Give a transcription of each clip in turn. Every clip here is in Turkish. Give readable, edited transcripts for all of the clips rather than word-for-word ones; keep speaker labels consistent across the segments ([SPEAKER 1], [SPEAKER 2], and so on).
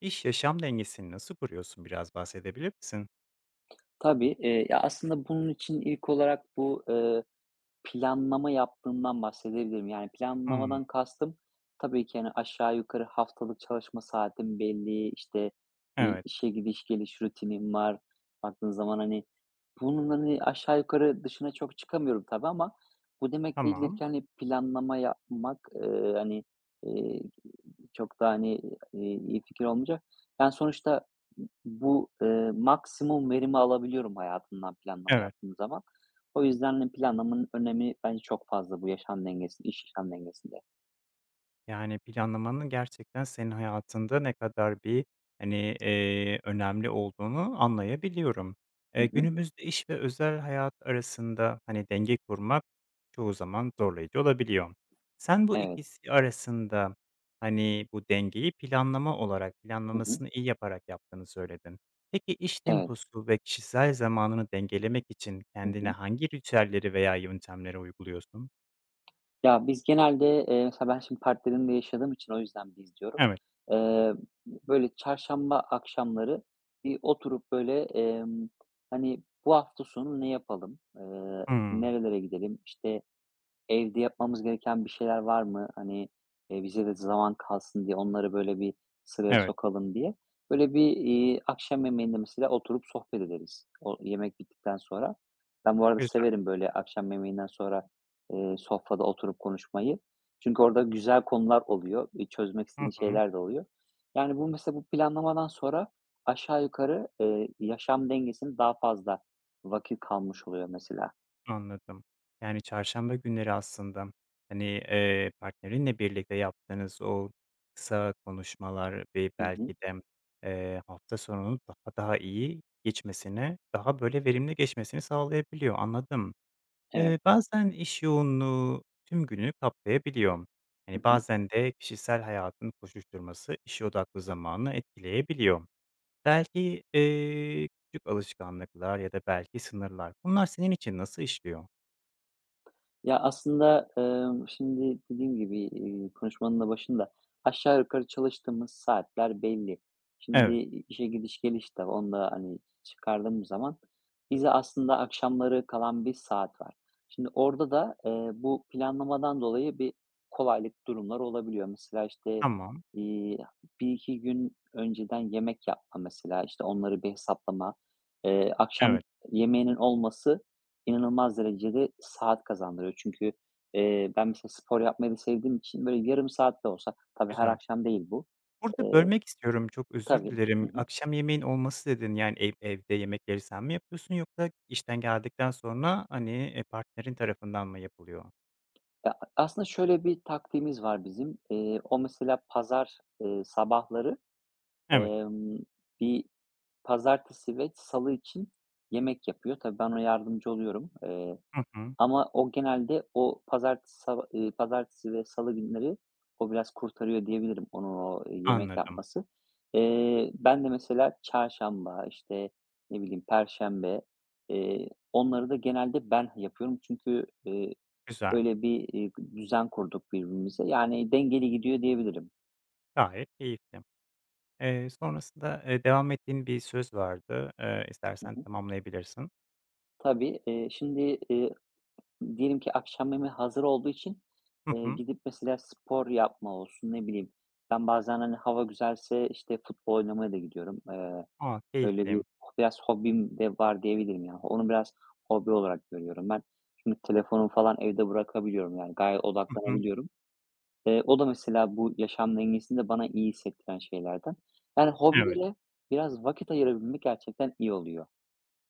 [SPEAKER 1] İş yaşam dengesini nasıl kuruyorsun biraz bahsedebilir misin?
[SPEAKER 2] Tabii, ya, aslında bunun için ilk olarak planlama yaptığımdan bahsedebilirim. Yani,
[SPEAKER 1] Hımm.
[SPEAKER 2] planlamadan kastım tabii ki, hani, aşağı yukarı haftalık çalışma saatim belli, işte, bir
[SPEAKER 1] Evet.
[SPEAKER 2] işe gidiş geliş rutinim var. Baktığın zaman, hani, bunun, hani, aşağı yukarı dışına çok çıkamıyorum tabii ama bu demek değildir
[SPEAKER 1] Tamam.
[SPEAKER 2] ki, hani, planlama yapmak, hani, eee, çok da, hani, iyi fikir olmayacak. Yani, sonuçta maksimum verimi alabiliyorum hayatımdan planlama
[SPEAKER 1] Evet.
[SPEAKER 2] yaptığım zaman. O yüzden de planlamanın önemi bence çok fazla bu yaşam dengesinde, iş yaşam dengesinde.
[SPEAKER 1] Yani, planlamanın gerçekten senin hayatında ne kadar bir, hani, önemli olduğunu anlayabiliyorum.
[SPEAKER 2] Hı hı.
[SPEAKER 1] Günümüzde iş ve özel hayat arasında, hani, denge kurmak çoğu zaman zorlayıcı olabiliyor. Sen bu
[SPEAKER 2] Evet.
[SPEAKER 1] ikisi arasında, hani, bu dengeyi planlama olarak,
[SPEAKER 2] Hı hı.
[SPEAKER 1] planlamasını iyi yaparak yaptığını söyledin. Peki, iş
[SPEAKER 2] Evet.
[SPEAKER 1] temposu ve kişisel zamanını dengelemek için
[SPEAKER 2] Hı
[SPEAKER 1] kendine
[SPEAKER 2] hı.
[SPEAKER 1] hangi ritüelleri veya yöntemleri uyguluyorsun?
[SPEAKER 2] Ya, biz genelde, mesela ben şimdi partnerimle yaşadığım için o yüzden biz diyorum.
[SPEAKER 1] Evet.
[SPEAKER 2] Eee, Böyle çarşamba akşamları bir oturup hani, bu hafta sonu ne yapalım,
[SPEAKER 1] Hımm.
[SPEAKER 2] nerelere gidelim, işte. Evde yapmamız gereken bir şeyler var mı? Hani, bize de zaman kalsın diye onları böyle bir sıraya
[SPEAKER 1] Evet.
[SPEAKER 2] sokalım diye. Böyle bir, akşam yemeğinde mesela oturup sohbet ederiz. O yemek bittikten sonra. Ben bu arada
[SPEAKER 1] Güzel.
[SPEAKER 2] severim böyle akşam yemeğinden sonra, sofrada oturup konuşmayı. Çünkü orada güzel konular oluyor. Çözmek
[SPEAKER 1] Hı
[SPEAKER 2] istediğin
[SPEAKER 1] hı.
[SPEAKER 2] şeyler de oluyor. Yani, bu mesela bu planlamadan sonra aşağı yukarı, yaşam dengesinin daha fazla vakit kalmış oluyor mesela.
[SPEAKER 1] Anladım. Yani, çarşamba günleri aslında, hani, partnerinle birlikte yaptığınız o kısa konuşmalar ve
[SPEAKER 2] Hı hı.
[SPEAKER 1] belki de, hafta sonunun daha iyi geçmesine, daha böyle verimli geçmesini sağlayabiliyor. Anladım.
[SPEAKER 2] Evet.
[SPEAKER 1] Bazen iş yoğunluğu tüm günü kaplayabiliyor.
[SPEAKER 2] Hı
[SPEAKER 1] Hani,
[SPEAKER 2] hı.
[SPEAKER 1] bazen de kişisel hayatın koşuşturması iş odaklı zamanı etkileyebiliyor. Belki, küçük alışkanlıklar ya da belki sınırlar, bunlar senin için nasıl işliyor?
[SPEAKER 2] Ya, aslında, şimdi dediğim gibi, konuşmanın da başında aşağı yukarı çalıştığımız saatler belli. Şimdi
[SPEAKER 1] Evet,
[SPEAKER 2] işe gidiş geliş de onda, hani, çıkardığımız zaman bize aslında akşamları kalan bir saat var. Şimdi orada da, bu planlamadan dolayı bir kolaylık durumlar olabiliyor. Mesela, işte,
[SPEAKER 1] tamam.
[SPEAKER 2] iii, 1-2 gün önceden yemek yapma mesela, işte, onları bir hesaplama, akşam
[SPEAKER 1] Evet,
[SPEAKER 2] yemeğinin olması inanılmaz derecede saat kazandırıyor. Çünkü, ben mesela spor yapmayı da sevdiğim için böyle yarım saat de olsa, tabii her
[SPEAKER 1] güzel.
[SPEAKER 2] akşam değil bu.
[SPEAKER 1] Burada
[SPEAKER 2] Eee,
[SPEAKER 1] bölmek istiyorum, çok özür
[SPEAKER 2] tabii. Hı
[SPEAKER 1] dilerim.
[SPEAKER 2] hı.
[SPEAKER 1] Akşam yemeğin olması dedin, yani, evde yemekleri sen mi yapıyorsun yoksa işten geldikten sonra, hani, partnerin tarafından mı yapılıyor?
[SPEAKER 2] Ya, aslında şöyle bir taktiğimiz var bizim. O mesela pazar, sabahları,
[SPEAKER 1] Evet.
[SPEAKER 2] emm, bir pazartesi ve salı için yemek yapıyor. Tabii ben ona yardımcı oluyorum.
[SPEAKER 1] Hı hı.
[SPEAKER 2] Ama o genelde o pazartesi ve salı günleri o biraz kurtarıyor diyebilirim onun o, yemek
[SPEAKER 1] Anladım.
[SPEAKER 2] yapması. Ben de mesela çarşamba, işte, ne bileyim, perşembe, onları da genelde ben yapıyorum. Çünkü,
[SPEAKER 1] Güzel.
[SPEAKER 2] öyle bir, düzen kurduk birbirimize. Yani dengeli gidiyor diyebilirim.
[SPEAKER 1] Gayet keyifli. Sonrasında, devam ettiğin bir söz vardı.
[SPEAKER 2] Hı
[SPEAKER 1] İstersen
[SPEAKER 2] hı.
[SPEAKER 1] tamamlayabilirsin.
[SPEAKER 2] Tabii, şimdi, eee diyelim ki akşam yemeği hazır olduğu için,
[SPEAKER 1] Hı hı.
[SPEAKER 2] gidip mesela spor yapma olsun, ne bileyim, ben bazen, hani, hava güzelse, işte, futbol oynamaya da gidiyorum.
[SPEAKER 1] A,
[SPEAKER 2] Öyle
[SPEAKER 1] keyifli.
[SPEAKER 2] bir biraz hobim de var diyebilirim yani. Onu biraz hobi olarak görüyorum ben. Şimdi telefonumu falan evde bırakabiliyorum yani gayet
[SPEAKER 1] Hı hı.
[SPEAKER 2] odaklanabiliyorum. O da mesela bu yaşam dengesini de bana iyi hissettiren şeylerden. Yani
[SPEAKER 1] Evet.
[SPEAKER 2] hobilere biraz vakit ayırabilmek gerçekten iyi oluyor.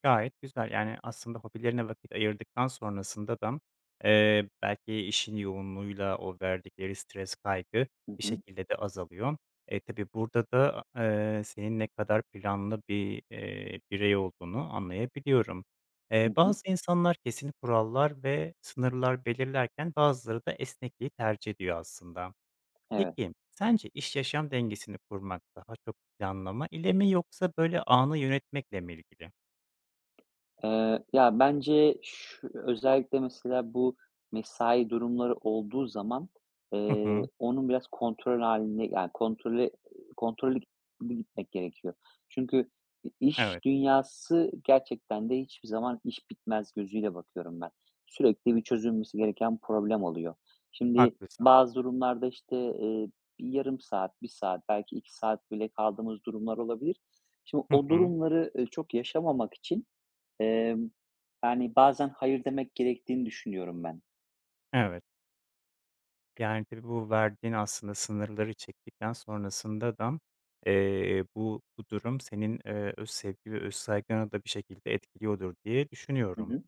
[SPEAKER 1] Gayet güzel. Yani, aslında hobilerine vakit ayırdıktan sonrasında da, belki işin yoğunluğuyla o verdikleri stres, kaygı
[SPEAKER 2] Hı
[SPEAKER 1] bir
[SPEAKER 2] hı.
[SPEAKER 1] şekilde de azalıyor. E, tabii burada da, senin ne kadar planlı bir, birey olduğunu anlayabiliyorum.
[SPEAKER 2] Hı hı.
[SPEAKER 1] Bazı insanlar kesin kurallar ve sınırlar belirlerken bazıları da esnekliği tercih ediyor aslında.
[SPEAKER 2] Evet.
[SPEAKER 1] Peki, sence iş yaşam dengesini kurmak daha çok planlama ile mi yoksa böyle anı yönetmekle mi ilgili?
[SPEAKER 2] Ya, bence şu özellikle mesela bu mesai durumları olduğu zaman,
[SPEAKER 1] Hı hı.
[SPEAKER 2] onun biraz kontrol haline, yani, kontrollü gitmek gerekiyor. Çünkü iş
[SPEAKER 1] Evet,
[SPEAKER 2] dünyası gerçekten de hiçbir zaman iş bitmez gözüyle bakıyorum ben. Sürekli bir çözülmesi gereken problem oluyor. Şimdi
[SPEAKER 1] haklısın.
[SPEAKER 2] bazı durumlarda, işte, bir yarım saat, bir saat, belki 2 saat bile kaldığımız durumlar olabilir. Şimdi
[SPEAKER 1] Hı
[SPEAKER 2] o
[SPEAKER 1] hı.
[SPEAKER 2] durumları, çok yaşamamak için, Emm, yani, bazen hayır demek gerektiğini düşünüyorum ben.
[SPEAKER 1] Evet. Yani, tabii bu verdiğin aslında sınırları çektikten sonrasında da, bu durum senin, öz sevgi ve öz saygını da bir şekilde etkiliyordur diye
[SPEAKER 2] Hı
[SPEAKER 1] düşünüyorum.
[SPEAKER 2] hı.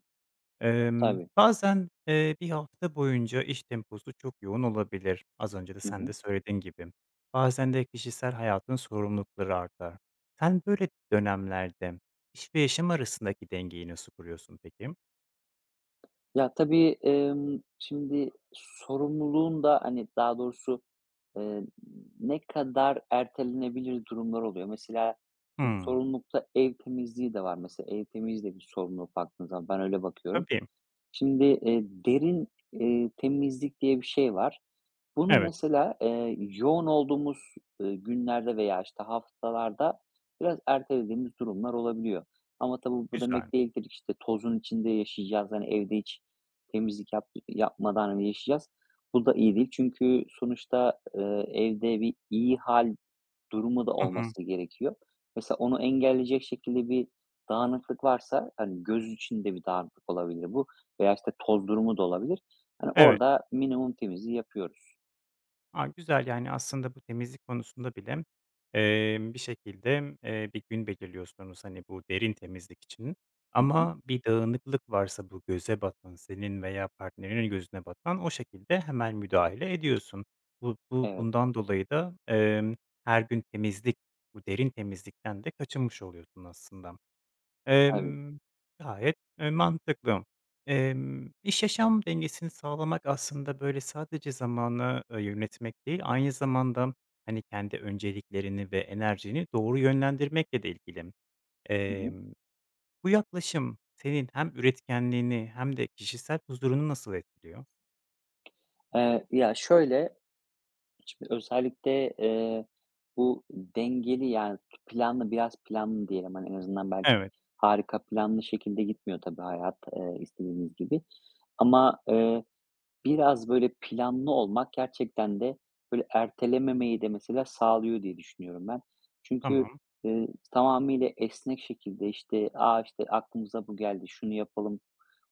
[SPEAKER 2] Tabii.
[SPEAKER 1] Bazen, 1 hafta boyunca iş temposu çok yoğun olabilir. Az önce de
[SPEAKER 2] Hı
[SPEAKER 1] sen
[SPEAKER 2] hı.
[SPEAKER 1] de söylediğin gibi. Bazen de kişisel hayatın sorumlulukları artar. Sen böyle dönemlerde iş ve yaşam arasındaki dengeyi nasıl kuruyorsun peki?
[SPEAKER 2] Ya, tabii, şimdi sorumluluğun da, hani, daha doğrusu, eee, ne kadar ertelenebilir durumlar oluyor. Mesela şimdi
[SPEAKER 1] Hımm.
[SPEAKER 2] sorumlulukta ev temizliği de var. Mesela ev temizliği de bir sorumluluk baktığın zaman. Ben öyle bakıyorum.
[SPEAKER 1] Tabii.
[SPEAKER 2] Şimdi, derin temizlik diye bir şey var. Bunu
[SPEAKER 1] Evet,
[SPEAKER 2] mesela, yoğun olduğumuz, günlerde veya, işte, haftalarda biraz ertelediğimiz durumlar olabiliyor. Ama tabii bu
[SPEAKER 1] güzel.
[SPEAKER 2] demek değildir ki, işte, tozun içinde yaşayacağız, hani, evde hiç temizlik yapmadan, hani, yaşayacağız. Bu da iyi değil çünkü sonuçta, evde bir iyi hal durumu da
[SPEAKER 1] Hı hı.
[SPEAKER 2] olması gerekiyor. Mesela onu engelleyecek şekilde bir dağınıklık varsa, hani, göz içinde bir dağınıklık olabilir bu veya, işte, toz durumu da olabilir. Hani,
[SPEAKER 1] Evet.
[SPEAKER 2] orada minimum temizliği yapıyoruz.
[SPEAKER 1] A, güzel, yani, aslında bu temizlik konusunda bile, bir şekilde, bir gün belirliyorsunuz, hani, bu derin temizlik için
[SPEAKER 2] Hı hı.
[SPEAKER 1] ama bir dağınıklık varsa bu göze batan, senin veya partnerinin gözüne batan, o şekilde hemen müdahale ediyorsun. Bu
[SPEAKER 2] Evet,
[SPEAKER 1] bundan dolayı da, her gün temizlik, bu derin temizlikten de kaçınmış oluyorsun aslında.
[SPEAKER 2] tabii.
[SPEAKER 1] Emm, Gayet, mantıklı. İş yaşam dengesini sağlamak aslında, böyle, sadece zamanı, yönetmek değil, aynı zamanda, hani, kendi önceliklerini ve enerjini doğru yönlendirmekle de ilgili.
[SPEAKER 2] Hı hı.
[SPEAKER 1] Emm, Bu yaklaşım senin hem üretkenliğini hem de kişisel huzurunu nasıl etkiliyor?
[SPEAKER 2] Ya, şöyle, şimdi özellikle, bu dengeli, yani, planlı, biraz planlı diyelim, hani, en azından belki
[SPEAKER 1] Evet,
[SPEAKER 2] harika planlı şekilde gitmiyor tabii hayat, istediğimiz gibi ama, biraz böyle planlı olmak gerçekten de böyle ertelememeyi de mesela sağlıyor diye düşünüyorum ben. Çünkü,
[SPEAKER 1] tamam.
[SPEAKER 2] tamamıyla esnek şekilde, işte, "A, işte, aklımıza bu geldi, şunu yapalım."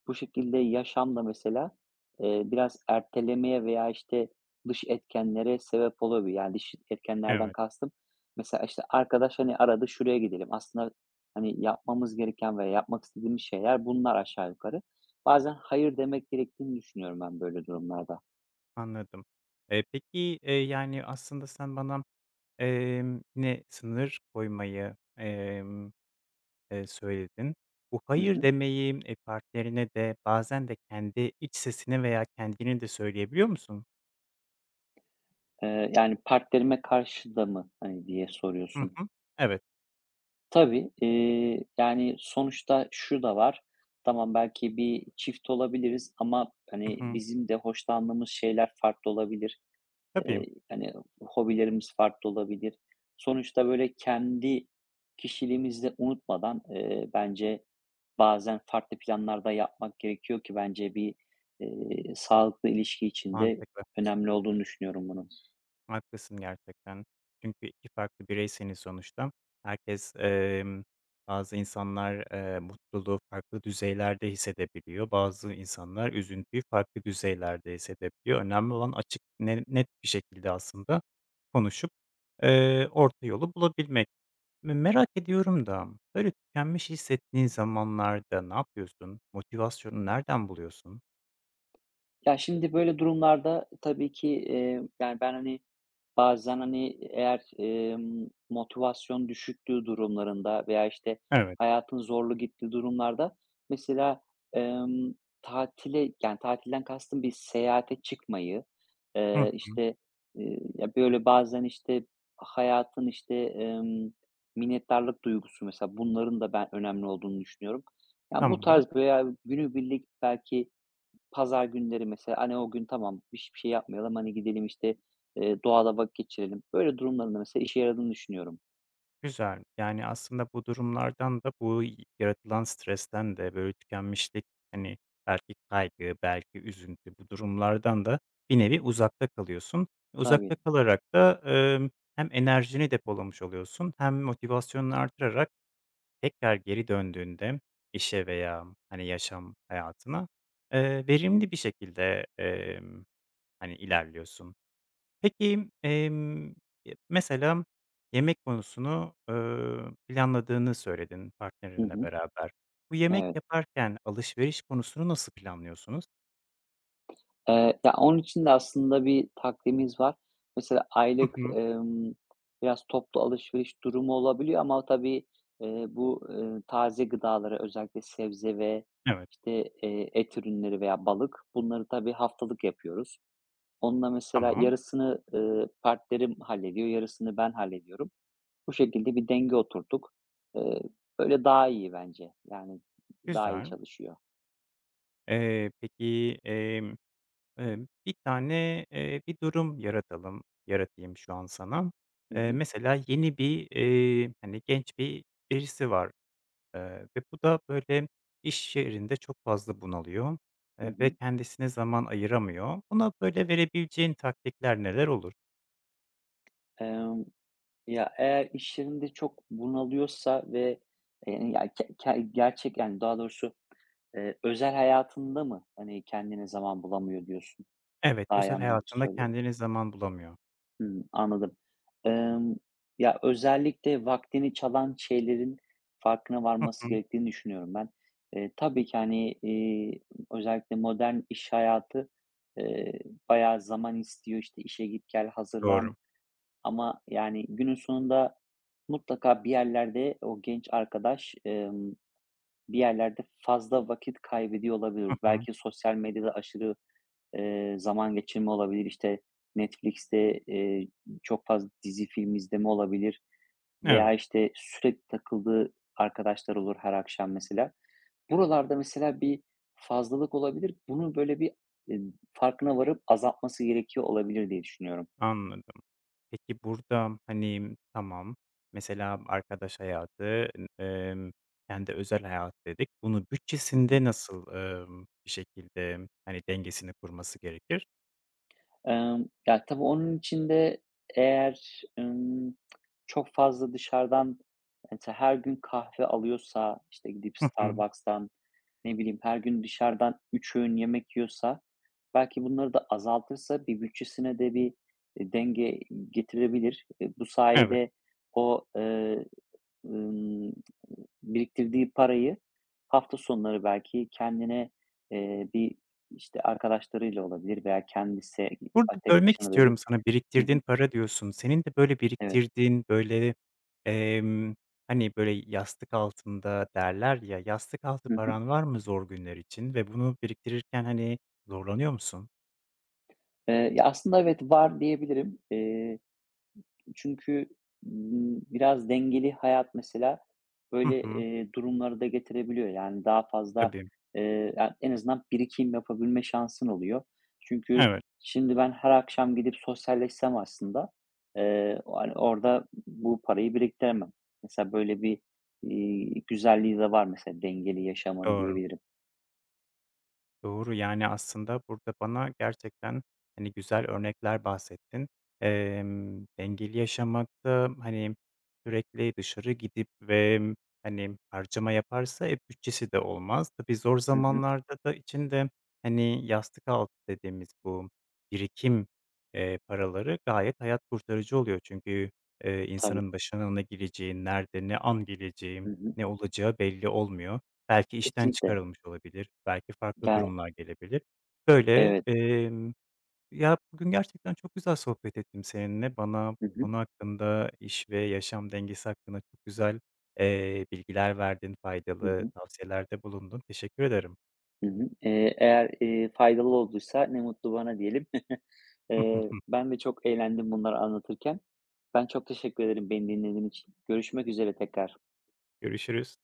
[SPEAKER 2] Bu şekilde yaşam da mesela, biraz ertelemeye veya, işte, dış etkenlere sebep olabilir. Yani dış etkenlerden
[SPEAKER 1] Evet,
[SPEAKER 2] kastım, mesela, işte, arkadaş, hani, aradı şuraya gidelim. Aslında, hani, yapmamız gereken veya yapmak istediğimiz şeyler bunlar aşağı yukarı. Bazen hayır demek gerektiğini düşünüyorum ben böyle durumlarda.
[SPEAKER 1] anladım. Peki, yani, aslında sen bana, yine sınır koymayı, söyledin. Bu
[SPEAKER 2] Hı
[SPEAKER 1] hayır
[SPEAKER 2] hı.
[SPEAKER 1] demeyi, partnerine de bazen de kendi iç sesine veya kendini de söyleyebiliyor musun?
[SPEAKER 2] Yani partnerime karşı da mı, hani, diye
[SPEAKER 1] Hı
[SPEAKER 2] soruyorsun?
[SPEAKER 1] hı. Evet.
[SPEAKER 2] Tabii, yani, sonuçta şu da var. Tamam, belki bir çift olabiliriz ama,
[SPEAKER 1] Hı
[SPEAKER 2] hani,
[SPEAKER 1] hı.
[SPEAKER 2] bizim de hoşlandığımız şeyler farklı olabilir.
[SPEAKER 1] Tabii,
[SPEAKER 2] Hani, hobilerimiz farklı olabilir. Sonuçta, böyle, kendi kişiliğimizi de unutmadan, bence bazen farklı planlar da yapmak gerekiyor ki bence bir, sağlıklı ilişki içinde
[SPEAKER 1] mantıklı.
[SPEAKER 2] önemli olduğunu düşünüyorum bunun.
[SPEAKER 1] Haklısın gerçekten. Çünkü 2 farklı bireyseniz sonuçta. Herkes, bazı insanlar, mutluluğu farklı düzeylerde hissedebiliyor. Bazı insanlar üzüntüyü farklı düzeylerde hissedebiliyor. Önemli olan açık, ne net bir şekilde aslında konuşup, orta yolu bulabilmek. Merak ediyorum da, böyle, tükenmiş hissettiğin zamanlarda ne yapıyorsun? Motivasyonu nereden buluyorsun?
[SPEAKER 2] Ya, şimdi böyle durumlarda tabii ki, yani, ben, hani, bazen, hani, eğer, motivasyon düşüktüğü durumlarında veya, işte,
[SPEAKER 1] Evet.
[SPEAKER 2] hayatın zorlu gittiği durumlarda mesela, emm, tatile, yani, tatilden kastım bir seyahate çıkmayı,
[SPEAKER 1] Hı hı.
[SPEAKER 2] işte, ya, böyle, bazen, işte, hayatın, işte, minnettarlık duygusu mesela bunların da ben önemli olduğunu düşünüyorum. Yani, bu
[SPEAKER 1] Tamam,
[SPEAKER 2] tarz veya günübirlik belki pazar günleri mesela, hani, o gün tamam hiçbir şey yapmayalım, hani, gidelim, işte, doğada vakit geçirelim. Böyle durumların mesela işe yaradığını düşünüyorum.
[SPEAKER 1] güzel. Yani, aslında bu durumlardan da, bu yaratılan stresten de, böyle, tükenmişlik, hani, belki kaygı, belki üzüntü, bu durumlardan da bir nevi uzakta kalıyorsun. Uzakta
[SPEAKER 2] Tabii.
[SPEAKER 1] kalarak da, hem enerjini depolamış oluyorsun hem motivasyonunu artırarak tekrar geri döndüğünde işe veya, hani, yaşam hayatına, verimli bir şekilde, hani, ilerliyorsun. Peki, mesela yemek konusunu, planladığını söyledin
[SPEAKER 2] Hı
[SPEAKER 1] partnerinle
[SPEAKER 2] hı.
[SPEAKER 1] beraber. Bu yemek
[SPEAKER 2] Evet.
[SPEAKER 1] yaparken alışveriş konusunu nasıl planlıyorsunuz?
[SPEAKER 2] Ya, onun için de aslında bir takvimimiz var. Mesela
[SPEAKER 1] Hı
[SPEAKER 2] aylık,
[SPEAKER 1] hı.
[SPEAKER 2] biraz toplu alışveriş durumu olabiliyor ama tabii, bu, taze gıdaları özellikle sebze ve,
[SPEAKER 1] Evet,
[SPEAKER 2] işte, et ürünleri veya balık bunları tabii haftalık yapıyoruz. Onunla mesela
[SPEAKER 1] tamam,
[SPEAKER 2] yarısını, partnerim hallediyor, yarısını ben hallediyorum. Bu şekilde bir denge oturduk. Eee, böyle daha iyi bence. Yani daha iyi
[SPEAKER 1] güzel.
[SPEAKER 2] çalışıyor.
[SPEAKER 1] Peki, Eee, bir tane, bir durum yaratayım şu an sana.
[SPEAKER 2] Hı hı.
[SPEAKER 1] Mesela yeni bir, hani, genç bir birisi var, ve bu da böyle iş yerinde çok fazla bunalıyor,
[SPEAKER 2] Hı
[SPEAKER 1] ve
[SPEAKER 2] hı.
[SPEAKER 1] kendisine zaman ayıramıyor. Buna böyle verebileceğin taktikler neler olur?
[SPEAKER 2] Emm, Ya, eğer iş yerinde çok bunalıyorsa ve, ya, ke ke gerçek, yani, daha doğrusu, özel hayatında mı, hani, kendine zaman bulamıyor diyorsun?
[SPEAKER 1] Evet,
[SPEAKER 2] Daha iyi
[SPEAKER 1] özel
[SPEAKER 2] anlamak için
[SPEAKER 1] hayatında
[SPEAKER 2] söylüyorum.
[SPEAKER 1] kendine zaman bulamıyor.
[SPEAKER 2] Hımm, anladım. Emm, Ya, özellikle vaktini çalan şeylerin farkına
[SPEAKER 1] Hı hı.
[SPEAKER 2] varması gerektiğini düşünüyorum ben. Tabii ki, hani, özellikle modern iş hayatı, eee, bayağı zaman istiyor. İşte, işe git gel, hazırlan
[SPEAKER 1] Doğru.
[SPEAKER 2] ama, yani, günün sonunda mutlaka bir yerlerde o genç arkadaş, bir yerlerde fazla vakit kaybediyor olabilir.
[SPEAKER 1] Hı hı.
[SPEAKER 2] Belki sosyal medyada aşırı zaman geçirme olabilir, işte, Netflix'te, çok fazla dizi, film izleme olabilir
[SPEAKER 1] Evet,
[SPEAKER 2] veya, işte, sürekli takıldığı arkadaşlar olur her akşam mesela. Buralarda mesela bir fazlalık olabilir. Bunu böyle bir, eee, farkına varıp azaltması gerekiyor olabilir diye düşünüyorum.
[SPEAKER 1] anladım. Peki burada, hani, tamam, mesela arkadaş hayatı, kendi özel hayat dedik. Bunu
[SPEAKER 2] Hı hı.
[SPEAKER 1] bütçesinde nasıl, bir şekilde, hani, dengesini kurması gerekir?
[SPEAKER 2] Ya, tabii onun için de eğer, çok fazla dışarıdan, mesela her gün kahve alıyorsa, işte, gidip
[SPEAKER 1] Hı hı.
[SPEAKER 2] Starbucks'tan ne bileyim, her gün dışarıdan 3 öğün yemek yiyorsa belki bunları da azaltırsa bir bütçesine de bir, denge getirebilir. Bu
[SPEAKER 1] Evet.
[SPEAKER 2] sayede o, ımm, biriktirdiği parayı hafta sonları belki kendine, bir, işte, arkadaşlarıyla olabilir veya kendisi
[SPEAKER 1] Burada
[SPEAKER 2] tek
[SPEAKER 1] bölmek
[SPEAKER 2] başına da bir.
[SPEAKER 1] istiyorum sana,
[SPEAKER 2] Hı hı,
[SPEAKER 1] biriktirdiğin para diyorsun. Senin de böyle
[SPEAKER 2] evet.
[SPEAKER 1] biriktirdiğin, böyle, emm, hani, böyle, yastık altında derler ya, yastık altı
[SPEAKER 2] Hı hı.
[SPEAKER 1] paran var mı zor günler için ve bunu biriktirirken, hani, zorlanıyor musun?
[SPEAKER 2] Ya, aslında evet, var diyebilirim. Çünkü, biraz dengeli hayat mesela
[SPEAKER 1] Hı
[SPEAKER 2] böyle,
[SPEAKER 1] hı.
[SPEAKER 2] durumları da getirebiliyor. Yani daha fazla,
[SPEAKER 1] Tabii.
[SPEAKER 2] ya en azından birikim yapabilme şansın oluyor. Çünkü
[SPEAKER 1] Evet,
[SPEAKER 2] şimdi ben her akşam gidip sosyalleşsem aslında, o hani, orada bu parayı biriktiremem. Mesela böyle bir, güzelliği de var mesela dengeli yaşamın
[SPEAKER 1] doğru.
[SPEAKER 2] diyebilirim.
[SPEAKER 1] Doğru, yani, aslında burada bana gerçekten, hani, güzel örnekler bahsettin. Dengeli yaşamakta, hani, sürekli dışarı gidip ve, hani, harcama yaparsa ev bütçesi de olmaz. Tabii zor
[SPEAKER 2] Hı hı.
[SPEAKER 1] zamanlarda da içinde, hani, yastık altı dediğimiz bu birikim, paraları gayet hayat kurtarıcı oluyor. Çünkü,
[SPEAKER 2] Tabii.
[SPEAKER 1] insanın başına ne geleceği, nerede, ne an geleceği,
[SPEAKER 2] Hı hı.
[SPEAKER 1] ne olacağı belli olmuyor. Belki işten
[SPEAKER 2] Kesinlikle.
[SPEAKER 1] çıkarılmış olabilir, belki farklı
[SPEAKER 2] Yani.
[SPEAKER 1] durumlar gelebilir. Böyle,
[SPEAKER 2] Evet.
[SPEAKER 1] ya, bugün gerçekten çok güzel sohbet ettim seninle. Bana
[SPEAKER 2] Hı
[SPEAKER 1] bu
[SPEAKER 2] hı.
[SPEAKER 1] konu hakkında, iş ve yaşam dengesi hakkında çok güzel, bilgiler verdin,
[SPEAKER 2] Hı
[SPEAKER 1] faydalı
[SPEAKER 2] hı.
[SPEAKER 1] tavsiyelerde bulundun. Teşekkür ederim.
[SPEAKER 2] Hı hı. Eğer faydalı olduysa ne mutlu bana diyelim. Eee, ben de çok eğlendim bunları anlatırken. Ben çok teşekkür ederim beni dinlediğin için. Görüşmek üzere tekrar.
[SPEAKER 1] Görüşürüz.